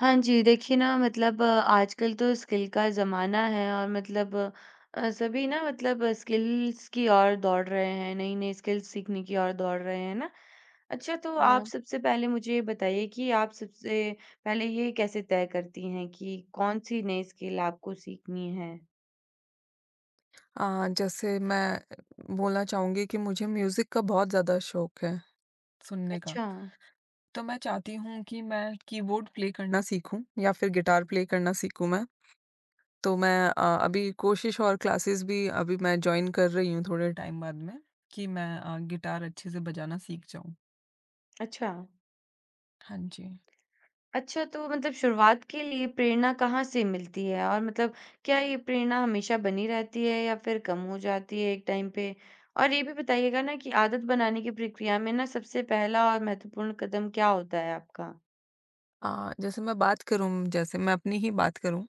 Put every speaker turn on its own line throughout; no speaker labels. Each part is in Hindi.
हाँ जी, देखिए ना मतलब आजकल तो स्किल का ज़माना है और मतलब सभी ना मतलब स्किल्स की ओर दौड़ रहे हैं, नई-नई स्किल्स सीखने की ओर दौड़ रहे हैं ना। अच्छा तो आप
हुँ।
सबसे पहले मुझे ये बताइए कि आप सबसे पहले ये कैसे तय करती हैं कि कौन-सी नई स्किल आपको सीखनी है?
जैसे मैं बोलना चाहूँगी कि मुझे म्यूज़िक का बहुत ज़्यादा शौक है सुनने का।
अच्छा,
तो मैं चाहती हूँ कि मैं कीबोर्ड प्ले करना सीखूँ या फिर गिटार प्ले करना सीखूँ मैं। तो मैं अभी कोशिश और क्लासेस भी अभी मैं जॉइन कर रही हूँ थोड़े टाइम बाद में कि मैं गिटार अच्छे से बजाना सीख जाऊँ।
अच्छा।
हाँ जी।
अच्छा, तो मतलब शुरुआत के लिए प्रेरणा कहाँ से मिलती है? और मतलब क्या ये प्रेरणा हमेशा बनी रहती है या फिर कम हो जाती है एक टाइम पे? और ये भी बताइएगा ना कि आदत बनाने की प्रक्रिया में ना सबसे पहला और महत्वपूर्ण कदम क्या होता है आपका?
जैसे मैं बात करूँ जैसे मैं अपनी ही बात करूँ,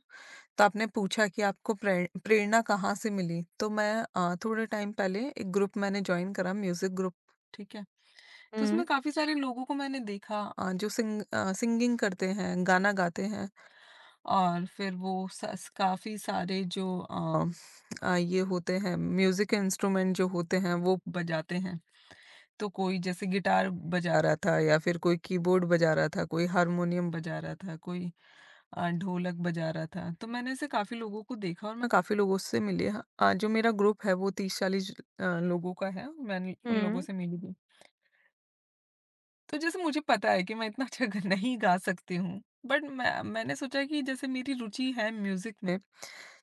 तो आपने पूछा कि आपको प्रेरणा कहाँ से मिली? तो मैं थोड़े टाइम पहले एक ग्रुप मैंने जॉइन करा म्यूज़िक ग्रुप, ठीक है? तो
हुँ,
उसमें काफ़ी सारे लोगों को मैंने देखा जो सिंगिंग करते हैं, गाना गाते हैं और फिर वो सस काफ़ी सारे जो ये होते हैं म्यूज़िक इंस्ट्रूमेंट जो होते हैं वो बजाते हैं। तो कोई जैसे गिटार बजा रहा था या फिर कोई कीबोर्ड बजा रहा था, कोई हारमोनियम बजा रहा था, कोई ढोलक बजा रहा था। तो मैंने ऐसे काफ़ी लोगों को देखा और मैं काफ़ी लोगों से मिली जो मेरा ग्रुप है वो 30-40 लोगों का है, मैंने उन लोगों
हुँ।
से मिली भी। तो जैसे मुझे पता है कि मैं इतना अच्छा ग नहीं गा सकती हूँ, बट मैंने सोचा कि जैसे मेरी रुचि है म्यूज़िक में,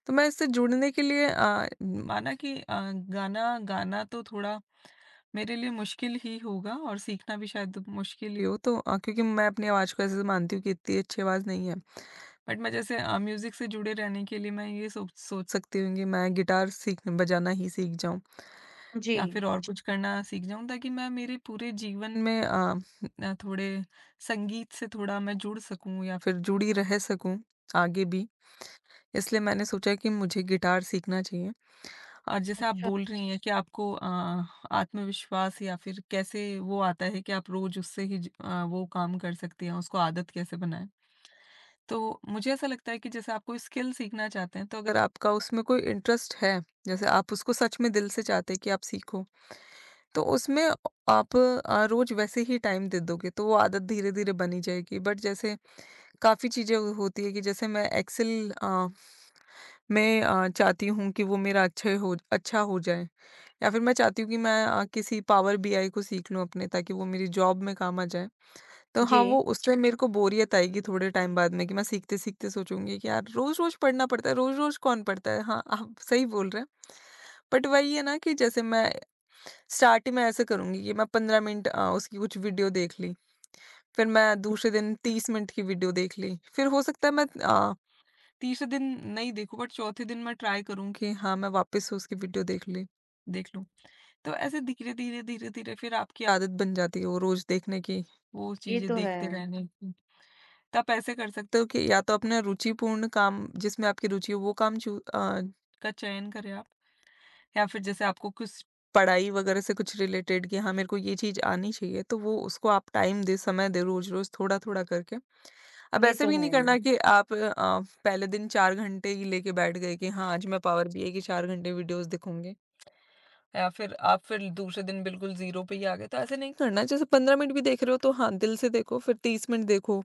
तो मैं इससे जुड़ने के लिए माना कि गाना गाना तो थोड़ा मेरे लिए मुश्किल ही होगा और सीखना भी शायद मुश्किल ही हो तो क्योंकि मैं अपनी आवाज़ को ऐसे मानती हूँ कि इतनी अच्छी आवाज़ नहीं है। बट मैं जैसे म्यूज़िक से जुड़े रहने के लिए मैं ये सोच सोच सकती हूँ कि मैं गिटार सीख बजाना ही सीख जाऊँ
जी।
या फिर और कुछ करना सीख जाऊँ ताकि मैं मेरे पूरे जीवन में थोड़े संगीत से थोड़ा मैं जुड़ सकूँ या फिर जुड़ी रह सकूँ आगे भी। इसलिए मैंने सोचा कि मुझे गिटार सीखना चाहिए। और जैसे आप
अच्छा।
बोल रही हैं कि आपको आत्मविश्वास या फिर कैसे वो आता है कि आप रोज उससे ही वो काम कर सकती हैं, उसको आदत कैसे बनाएं। तो मुझे ऐसा लगता है कि जैसे आप कोई स्किल सीखना चाहते हैं, तो अगर आपका उसमें कोई इंटरेस्ट है, जैसे आप उसको सच में दिल से चाहते हैं कि आप सीखो, तो उसमें आप रोज वैसे ही टाइम दे दोगे, तो वो आदत धीरे-धीरे बनी जाएगी। बट जैसे काफ़ी चीज़ें होती है कि जैसे मैं एक्सेल अ, मैं अ, चाहती हूँ कि वो मेरा अच्छे हो अच्छा हो जाए या फिर मैं चाहती हूँ कि मैं किसी पावर बीआई को सीख लूँ अपने ताकि वो मेरी जॉब में काम आ जाए। तो
जी।
हाँ, वो उससे मेरे को बोरियत आएगी थोड़े टाइम बाद में कि मैं सीखते-सीखते सोचूँगी कि यार रोज़-रोज़ पढ़ना पड़ता है, रोज़-रोज़ कौन पढ़ता है? हाँ, आप सही बोल रहे हैं। बट वही है ना कि जैसे मैं स्टार्टिंग में ऐसे करूँगी कि मैं 15 मिनट उसकी कुछ वीडियो देख ली, फिर मैं दूसरे दिन 30 मिनट की वीडियो देख ली, फिर हो सकता है मैं अ तीसरे दिन नहीं देखूँ बट चौथे दिन मैं ट्राई करूँ कि हाँ, मैं वापस से उसकी वीडियो देख लूँ। तो ऐसे धीरे-धीरे, धीरे-धीरे फिर आपकी आदत बन जाती है वो रोज़ देखने की, वो
ये
चीज़ें
तो है।
देखते रहने की। तो आप ऐसे कर सकते हो कि या तो अपना रुचिपूर्ण काम जिसमें आपकी रुचि हो वो का चयन करें आप या फिर जैसे आपको कुछ पढ़ाई वगैरह से कुछ रिलेटेड कि हाँ, मेरे को ये चीज़ आनी चाहिए तो वो उसको आप टाइम दें, समय दें रोज़-रोज़ थोड़ा-थोड़ा करके। अब
ये
ऐसे
तो
भी नहीं
है।
करना कि आप पहले दिन 4 घंटे ही लेके बैठ गए कि हाँ, आज मैं पावर बीआई के 4 घंटे वीडियोज़ दिखूँगी या फिर आप फिर दूसरे दिन बिल्कुल ज़ीरो पे ही आ गए, तो ऐसे नहीं करना। जैसे 15 मिनट भी देख रहे हो तो हाँ, दिल से देखो, फिर 30 मिनट देखो,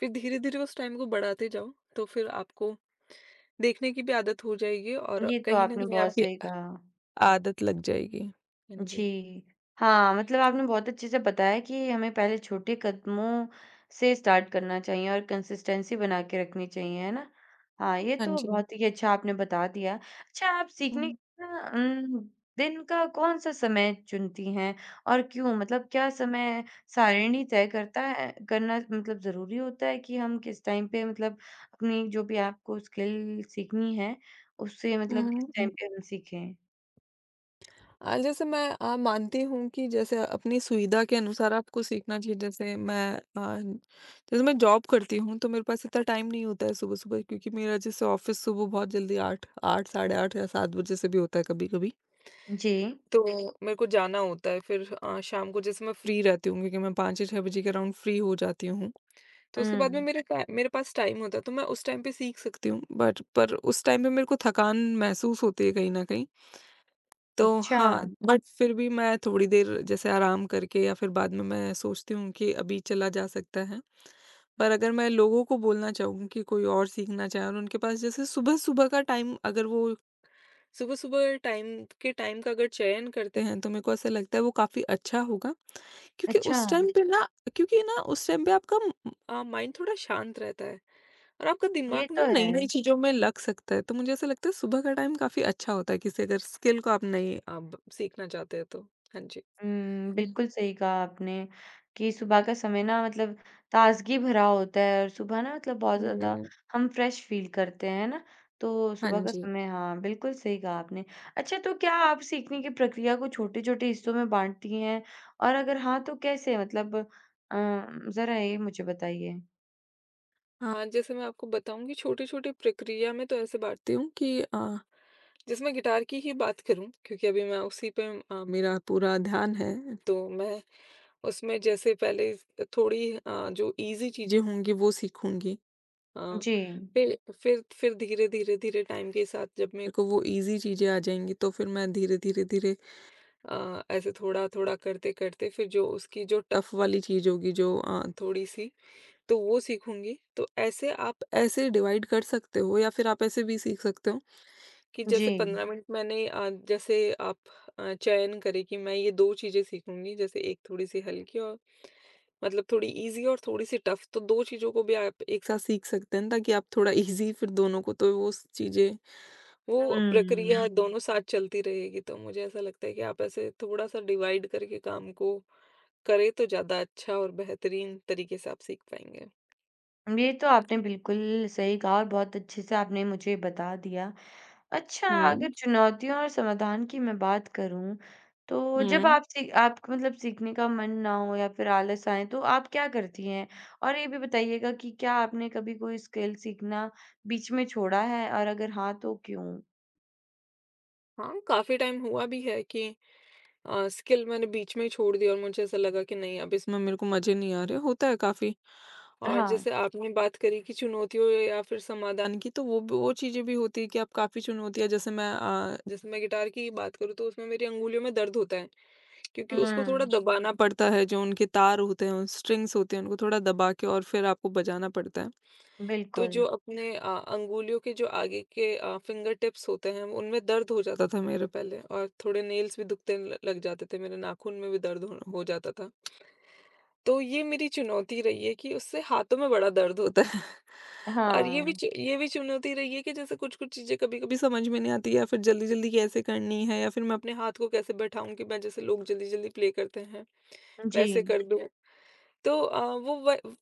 फिर धीरे-धीरे उस टाइम को बढ़ाते जाओ, तो फिर आपको देखने की भी आदत हो जाएगी और
ये तो
कहीं न
आपने
कहीं
बहुत
आपकी
सही कहा।
आदत लग जाएगी। हाँ
जी। हाँ, मतलब आपने बहुत अच्छे से बताया कि हमें पहले छोटे कदमों से स्टार्ट करना चाहिए और कंसिस्टेंसी बना के रखनी चाहिए, है ना? हाँ, ये तो
जी।
बहुत ही अच्छा आपने बता दिया। अच्छा, आप सीखने का उम, दिन का कौन-सा समय चुनती हैं और क्यों? मतलब क्या समय सारिणी तय करता है करना मतलब ज़रूरी होता है कि हम किस टाइम पे मतलब अपनी जो भी आपको स्किल सीखनी है, उससे मतलब
हुँ,
किस
हुँ।
टाइम पे हम सीखें?
मानती हूँ कि जैसे अपनी सुविधा के अनुसार आपको सीखना चाहिए जैसे मैं जॉब करती हूँ तो मेरे पास इतना टाइम नहीं होता है सुबह सुबह क्योंकि मेरा जैसे ऑफिस सुबह बहुत जल्दी आठ आठ साढ़े आठ या सात बजे से भी होता है कभी कभी
जी।
तो मेरे को जाना होता है फिर शाम को जैसे मैं फ्री रहती हूँ क्योंकि मैं पाँच या छः बजे के अराउंड फ्री हो जाती हूँ तो उसके बाद में
हुँ।
मेरे पास टाइम होता है तो मैं उस टाइम पे सीख सकती हूँ बट पर उस टाइम पे मेरे को थकान महसूस होती है कहीं ना कहीं तो
अच्छा,
हाँ, बट फिर भी मैं थोड़ी देर जैसे आराम करके या फिर बाद में मैं सोचती हूँ कि अभी चला जा सकता है। पर अगर मैं लोगों को बोलना चाहूँ कि कोई और सीखना चाहे और उनके पास जैसे सुबह-सुबह का टाइम अगर वो सुबह-सुबह टाइम के टाइम का अगर चयन करते हैं तो मेरे को ऐसा लगता है वो काफ़ी अच्छा होगा। क्योंकि
अच्छा,
उस टाइम पे ना क्योंकि ना उस टाइम पे आपका माइंड थोड़ा शांत रहता है। और आपका दिमाग
ये
ना
तो है।
नई-नई चीज़ों में लग सकता है, तो मुझे ऐसा लगता है सुबह का टाइम काफ़ी अच्छा होता है किसी अगर स्किल को आप सीखना चाहते हो तो। हाँ जी। हुँ,
बिल्कुल सही कहा आपने कि सुबह का समय ना मतलब ताज़गी भरा होता है और सुबह ना मतलब बहुत ज़्यादा
हुँ।
हम फ्रेश फ़ील करते हैं, है ना? तो
हाँ
सुबह का
जी।
समय हाँ, बिल्कुल सही कहा आपने। अच्छा तो क्या आप सीखने की प्रक्रिया को छोटे-छोटे हिस्सों में बाँटती हैं? और अगर हाँ, तो कैसे मतलब अ, ज़रा ये मुझे बताइए?
हाँ, जैसे मैं आपको बताऊँ कि छोटी-छोटी प्रक्रिया में तो ऐसे बाँटती हूँ कि जैसे मैं गिटार की ही बात करूँ क्योंकि अभी मैं उसी पे मेरा पूरा ध्यान है, तो मैं उसमें जैसे पहले थोड़ी जो ईज़ी चीज़ें होंगी वो सीखूँगी। हाँ,
जी,
फिर धीरे-धीरे-धीरे टाइम के साथ जब मेरे को वो ईज़ी चीज़ें आ जाएँगी तो फिर मैं धीरे-धीरे-धीरे ऐसे थोड़ा-थोड़ा करते-करते फिर जो उसकी जो टफ़ वाली चीज़ होगी जो थोड़ी-सी तो वो सीखूँगी। तो ऐसे आप ऐसे डिवाइड कर सकते हो या फिर आप ऐसे भी सीख सकते हो कि
जी।
जैसे 15 मिनट मैंने चयन करें कि मैं ये 2 चीज़ें सीखूँगी जैसे एक थोड़ी-सी हल्की और मतलब थोड़ी ईज़ी और थोड़ी-सी टफ़ तो 2 चीज़ों को भी आप एक साथ सीख सकते हैं ताकि आप थोड़ा ईज़ी फिर दोनों को तो वो स चीज़ें वो प्रक्रिया हुँ।
हुँ।
दोनों साथ चलती रहेगी। तो मुझे ऐसा लगता है कि आप ऐसे थोड़ा-सा डिवाइड करके काम को करें तो ज़्यादा अच्छा और बेहतरीन तरीके से आप सीख पाएँगे।
ये तो आपने बिल्कुल सही कहा और बहुत अच्छे से आपने मुझे बता दिया। अच्छा,
हुँ,
अगर चुनौतियों और समाधान की मैं बात करूँ, तो जब
हुँ।
आप सी आपको मतलब सीखने का मन ना हो या फिर आलस आए, तो आप क्या करती हैं? और ये भी बताइएगा कि क्या आपने कभी कोई स्किल सीखना बीच में छोड़ा है और अगर हाँ, तो क्यों?
हाँ, काफ़ी टाइम हुआ भी है कि स्किल मैंने बीच में ही छोड़ दी और मुझे ऐसा लगा कि नहीं अब इसमें मेरे को मज़े नहीं आ रहे, होता है काफ़ी। और
हाँ।
जैसे आपने बात करी कि चुनौतियों या फिर समाधान की तो वो चीजें भी होती है कि आप काफी चुनौतियां जैसे मैं गिटार की बात करूँ तो उसमें मेरी अंगुलियों में दर्द होता है क्योंकि
हुँ,
उसको थोड़ा दबाना पड़ता है जो उनके तार होते हैं स्ट्रिंग्स होते हैं उनको थोड़ा दबा के और फिर आपको बजाना पड़ता है तो
बिल्कुल।
जो अपने अंगुलियों के जो आगे के फिंगर टिप्स होते हैं उनमें दर्द हो जाता था मेरे पहले और थोड़े नेल्स भी लग जाते थे मेरे नाखून में भी हो जाता था तो ये मेरी चुनौती रही है कि उससे हाथों में बड़ा दर्द होता है और ये भी
हाँ,
ये भी चुनौती रही है कि जैसे कुछ कुछ चीज़ें कभी कभी समझ में नहीं आती या फिर जल्दी जल्दी कैसे करनी है या फिर मैं अपने हाथ को कैसे बैठाऊं कि मैं जैसे लोग जल्दी जल्दी प्ले करते हैं
जी,
वैसे कर दूं तो आ, वो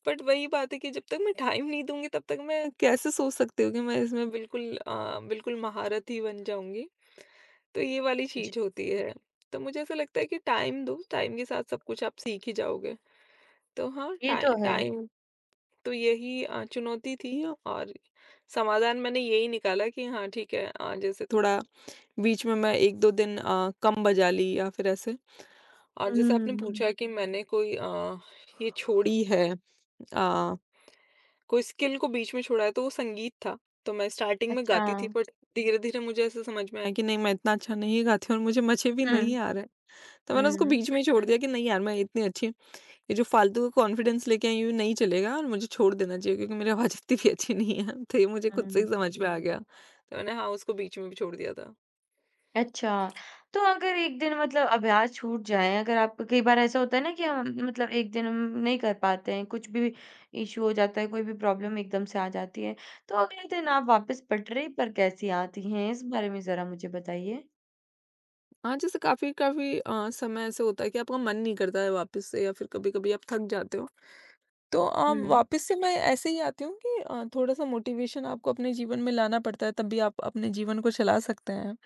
बट वही बात है कि जब तक मैं टाइम नहीं दूंगी तब तक मैं कैसे सोच सकती हूँ कि मैं इसमें बिल्कुल महारत ही बन जाऊंगी तो ये वाली
जी।
चीज होती है तो मुझे ऐसा लगता है कि टाइम दो टाइम के साथ सब कुछ आप सीख ही जाओगे तो हाँ,
ये तो है।
टाइम तो यही चुनौती थी और समाधान मैंने यही निकाला कि हाँ ठीक है जैसे थोड़ा बीच में मैं 1-2 दिन कम बजा ली या फिर ऐसे। और जैसे आपने
हुँ,
पूछा कि मैंने कोई अ, ये छोड़ी है अ, कोई स्किल को बीच में छोड़ा है, तो वो संगीत था। तो मैं स्टार्टिंग में
अच्छा।
गाती थी बट धीरे-धीरे मुझे ऐसे समझ में आया कि नहीं मैं इतना अच्छा नहीं गाती और मुझे मज़े भी नहीं
हुँ,
आ रहे हैं। तो मैंने उसको
हुँ,
बीच में ही छोड़ दिया कि नहीं यार मैं इतनी अच्छी ये जो फालतू का कॉन्फिडेंस लेके आई हूँ, नहीं चलेगा और मुझे छोड़ देना चाहिए क्योंकि मेरी आवाज़ इतनी भी अच्छी नहीं है। तो ये मुझे खुद से ही
हुँ।
समझ में आ गया। तो मैंने हाँ, उसको बीच में भी छोड़ दिया था।
अच्छा, तो अगर एक दिन मतलब अभ्यास छूट जाए, अगर आप कई बार ऐसा होता है ना कि हम मतलब एक दिन हम नहीं कर पाते हैं, कुछ भी इश्यू हो जाता है, कोई भी प्रॉब्लम एकदम से आ जाती है, तो अगले दिन आप वापस पटरी पर कैसी आती हैं? इस बारे में ज़रा मुझे बताइए।
हाँ, जैसे काफ़ी-काफ़ी समय ऐसे होता है कि आपका मन नहीं करता है वापस से या फिर कभी-कभी आप थक जाते हो। तो
हुँ,
वापस से मैं ऐसे ही आती हूँ कि थोड़ा-सा मोटिवेशन आपको अपने जीवन में लाना पड़ता है, तब भी आप अपने जीवन को चला सकते हैं।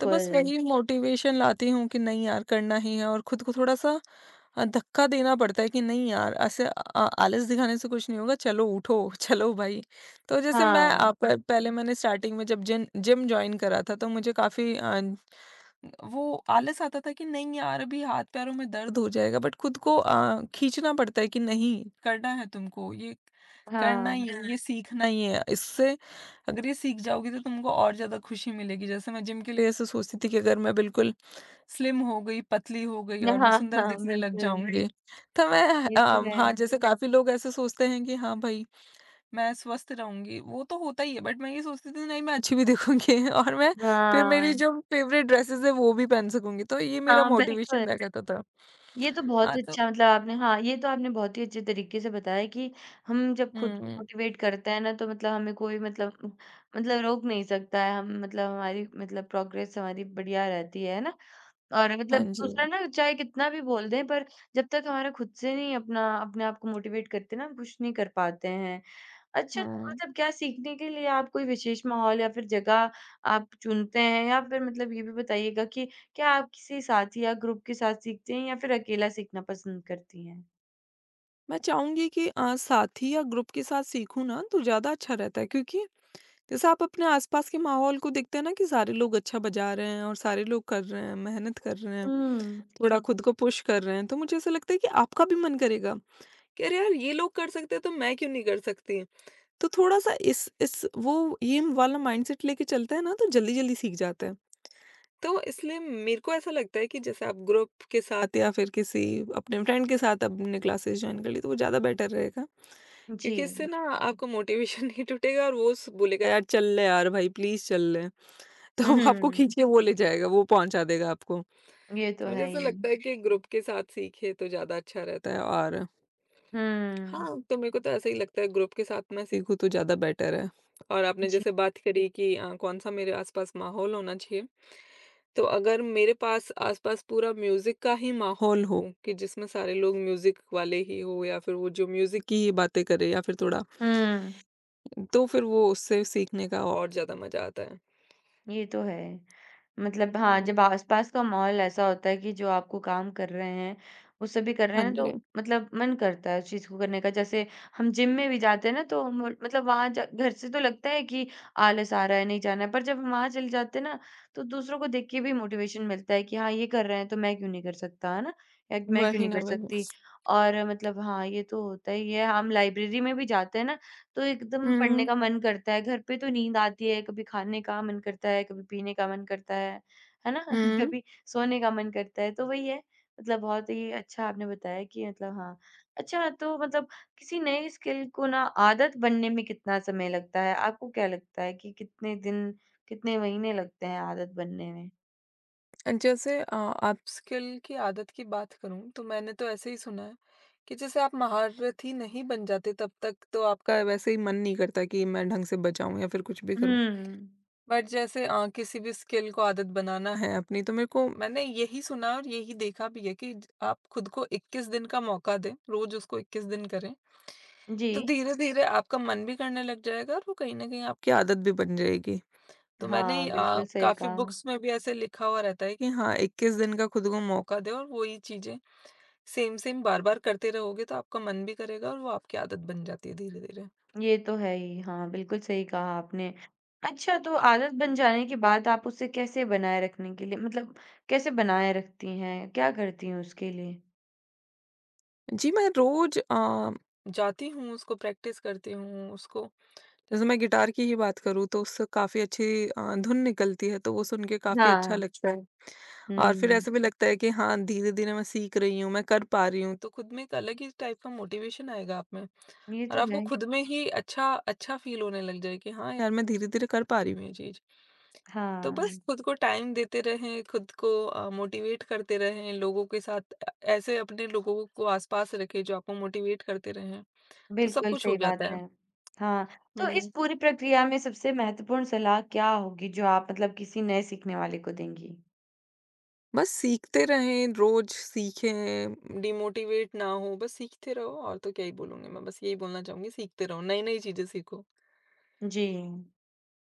तो बस वही मोटिवेशन लाती हूँ कि नहीं यार करना ही है और खुद को थोड़ा-सा धक्का देना पड़ता है कि नहीं यार ऐसे आलस दिखाने से कुछ नहीं होगा, चलो उठो, चलो भाई। तो जैसे मैं अ,
हाँ,
प पहले मैंने स्टार्टिंग में जब जिन जिम जॉइन करा था तो मुझे काफ़ी वो आलस आता था कि नहीं यार अभी हाथ पैरों में दर्द हो जाएगा बट खुद को खींचना पड़ता है कि नहीं करना है तुमको ये करना ही
हाँ।
है, ये सीखना ही है। इससे अगर ये सीख जाओगी तो तुमको और ज्यादा खुशी मिलेगी। जैसे मैं जिम के लिए ऐसे सोचती थी कि अगर मैं बिल्कुल स्लिम हो गई, पतली हो गई
न
और मैं
हाँ,
सुंदर
हाँ,
दिखने लग
बिल्कुल।
जाऊंगी। तो मैं
ये तो
अ,
है।
हाँ जैसे काफी लोग ऐसे सोचते हैं कि हाँ भाई मैं स्वस्थ रहूँगी, वो तो होता ही है, बट मैं ये सोचती थी नहीं, मैं अच्छी भी दिखूँगी और मैं फिर मेरी
हाँ,
जो फ़ेवरेट ड्रेसेज़ है वो भी पहन सकूँगी, तो ये मेरा
हाँ, बिल्कुल।
मोटिवेशन रह जाता था।
ये तो बहुत
हाँ, तो
अच्छा मतलब आपने हाँ, ये तो आपने बहुत ही अच्छे तरीके से बताया कि हम जब खुद को
हुँ,
मोटिवेट करते हैं ना, तो मतलब हमें कोई मतलब मतलब रोक नहीं सकता है। हम मतलब हमारी प्रोग्रेस हमारी बढ़िया रहती है ना? और मतलब
हाँ जी।
दूसरा ना चाहे कितना भी बोल दें पर जब तक हमारा खुद से नहीं अपना अपने आप को मोटिवेट करते ना, हम कुछ नहीं कर पाते हैं। अच्छा तो
हुँ।
मतलब क्या सीखने के लिए आप कोई विशेष माहौल या फिर जगह आप चुनते हैं? या फिर मतलब ये भी बताइएगा कि क्या आप किसी साथी या ग्रुप के साथ सीखते हैं या फिर अकेला सीखना पसंद करती हैं?
मैं चाहूँगी कि साथी या ग्रुप के साथ सीखूँ ना तो ज़्यादा अच्छा रहता है, क्योंकि जैसे आप अपने आस-पास के माहौल को देखते हैं ना कि सारे लोग अच्छा बजा रहे हैं और सारे लोग कर रहे हैं, मेहनत कर रहे हैं,
हुँ।
थोड़ा खुद को पुश कर रहे हैं, तो मुझे ऐसा लगता है कि आपका भी मन करेगा कि अरे यार! ये लोग कर सकते हैं तो मैं क्यों नहीं कर सकती? तो थोड़ा-सा इस वो ये वाला माइंडसेट लेके चलता है ना तो जल्दी-जल्दी सीख जाता है। तो इसलिए मेरे को ऐसा लगता है कि जैसे आप ग्रुप के साथ या फिर किसी अपने फ्रेंड के साथ आपने क्लासेस जॉइन कर ली तो वो ज़्यादा बेटर रहेगा। क्योंकि
जी।
इससे ना आपका मोटिवेशन नहीं टूटेगा और वो स बोलेगा यार चल ले, यार भाई प्लीज़ चल ले। तो वो आपको
हुँ।
खींच के वो ले जाएगा, वो पहुँचा देगा आपको।
ये तो
तो मुझे
है
ऐसा
ही।
लगता है कि ग्रुप के साथ सीखे तो ज़्यादा अच्छा रहता है और
हुँ।
हाँ, तो मेरे को तो ऐसा ही लगता है ग्रुप के साथ मैं सीखूँ तो ज़्यादा बेटर है। और आपने
जी।
जैसे बात करी कि कौन-सा मेरे आस-पास माहौल होना चाहिए। तो अगर मेरे पास आस-पास पूरा म्यूज़िक का ही माहौल हो कि जिसमें सारे लोग म्यूज़िक वाले ही हो या फिर वो जो म्यूज़िक की ही बातें करे या फिर थोड़ा,
हुँ।
तो फिर वो उससे सीखने का और ज़्यादा मज़ा आता है।
ये तो है। मतलब हाँ,
हुँ।
जब आस-पास का माहौल ऐसा होता है कि जो आपको काम कर रहे हैं, वो सभी कर रहे
हाँ
हैं ना
जी,
तो मतलब मन करता है उस चीज़ को करने का। जैसे हम जिम में भी जाते हैं ना तो हम मतलब वहाँ जा घर से तो लगता है कि आलस आ रहा है, नहीं जाना है, पर जब हम वहाँ चले जाते हैं ना तो दूसरों को देख के भी मोटिवेशन मिलता है कि हाँ, ये कर रहे हैं तो मैं क्यों नहीं कर सकता, है ना? या मैं क्यों
वही
नहीं
ना
कर
वही।
सकती? और मतलब हाँ, ये तो होता ही है। हम लाइब्रेरी में भी जाते हैं ना तो एकदम पढ़ने
हुँ,
का मन करता है। घर पे तो नींद आती है, कभी खाने का मन करता है, कभी पीने का मन करता है ना?
हुँ।
कभी सोने का मन करता है, तो वही है। मतलब बहुत ही अच्छा आपने बताया कि मतलब हाँ। अच्छा तो मतलब किसी नए स्किल को ना आदत बनने में कितना समय लगता है? आपको क्या लगता है कि कितने दिन, कितने महीने लगते हैं आदत बनने में?
एंड जैसे अपस्किल की आदत की बात करूं तो मैंने तो ऐसे ही सुना है कि जैसे आप महारथी नहीं बन जाते तब तक तो आपका वैसे ही मन नहीं करता कि मैं ढंग से बजाऊं या फिर कुछ भी करूं।
हुँ।
बट जैसे किसी भी स्किल को आदत बनाना है अपनी, तो मेरे को मैंने यही सुना और यही देखा भी है कि आप खुद को 21 दिन का मौका दें, रोज उसको 21 दिन करें
जी।
तो धीरे धीरे आपका मन भी करने लग जाएगा और वो कहीं ना कहीं आपकी आदत भी बन जाएगी। तो मैंने
हाँ, बिल्कुल सही
काफ़ी
कहा।
बुक्स में भी ऐसे लिखा हुआ रहता है कि हाँ, 21 दिन का खुद को मौका दें और वही चीज़ें सेम-सेम बार-बार करते रहोगे तो आपका मन भी करेगा और वो आपकी आदत बन जाती है धीरे-धीरे।
ये तो है ही। हाँ, बिल्कुल सही कहा आपने। अच्छा तो आदत बन जाने के बाद आप उसे कैसे बनाए रखने के लिए मतलब कैसे बनाए रखती हैं? क्या करती हैं उसके लिए?
जी, मैं रोज़ जाती हूँ, उसको प्रैक्टिस करती हूँ उसको। जैसे मैं गिटार की ही बात करूँ तो उससे काफ़ी अच्छी धुन निकलती है तो वो सुन के काफ़ी अच्छा
हाँ।
लगता है। और फिर
हुँ,
ऐसा भी लगता है कि हाँ, धीरे-धीरे मैं सीख रही हूँ, मैं कर पा रही हूँ, तो खुद में एक अलग ही टाइप का मोटिवेशन आएगा आप में।
ये
और
तो
आपको
है।
खुद में ही अच्छा अच्छा फ़ील होने लग जाए कि हाँ यार, मैं धीरे-धीरे कर पा रही हूँ ये चीज़। तो बस
हाँ,
खुद को टाइम देते रहें, खुद को मोटिवेट करते रहें, लोगों के साथ ऐसे अपने लोगों को आस-पास रखें जो आपको मोटिवेट करते रहें, तो सब
बिल्कुल
कुछ हो
सही बात
जाता है।
है। हाँ, तो इस
हुँ।
पूरी प्रक्रिया में सबसे महत्वपूर्ण सलाह क्या होगी जो आप मतलब किसी नए सीखने वाले को देंगी?
बस सीखते रहें, रोज़ सीखें, डिमोटिवेट ना हो, बस सीखते रहो और तो क्या ही बोलूँगी मैं, बस यही बोलना चाहूँगी सीखते रहो, नई-नई चीज़ें सीखो।
जी।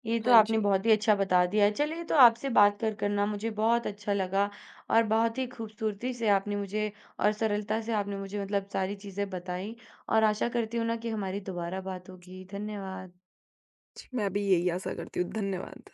ये तो
हाँ
आपने
जी।
बहुत ही अच्छा बता दिया है। चलिए तो आपसे बात कर कर ना मुझे बहुत अच्छा लगा और बहुत ही खूबसूरती से आपने मुझे और सरलता से आपने मुझे मतलब सारी चीज़ें बताई और आशा करती हूँ ना कि हमारी दोबारा बात होगी। धन्यवाद।
जी, मैं भी यही आशा करती हूँ, धन्यवाद।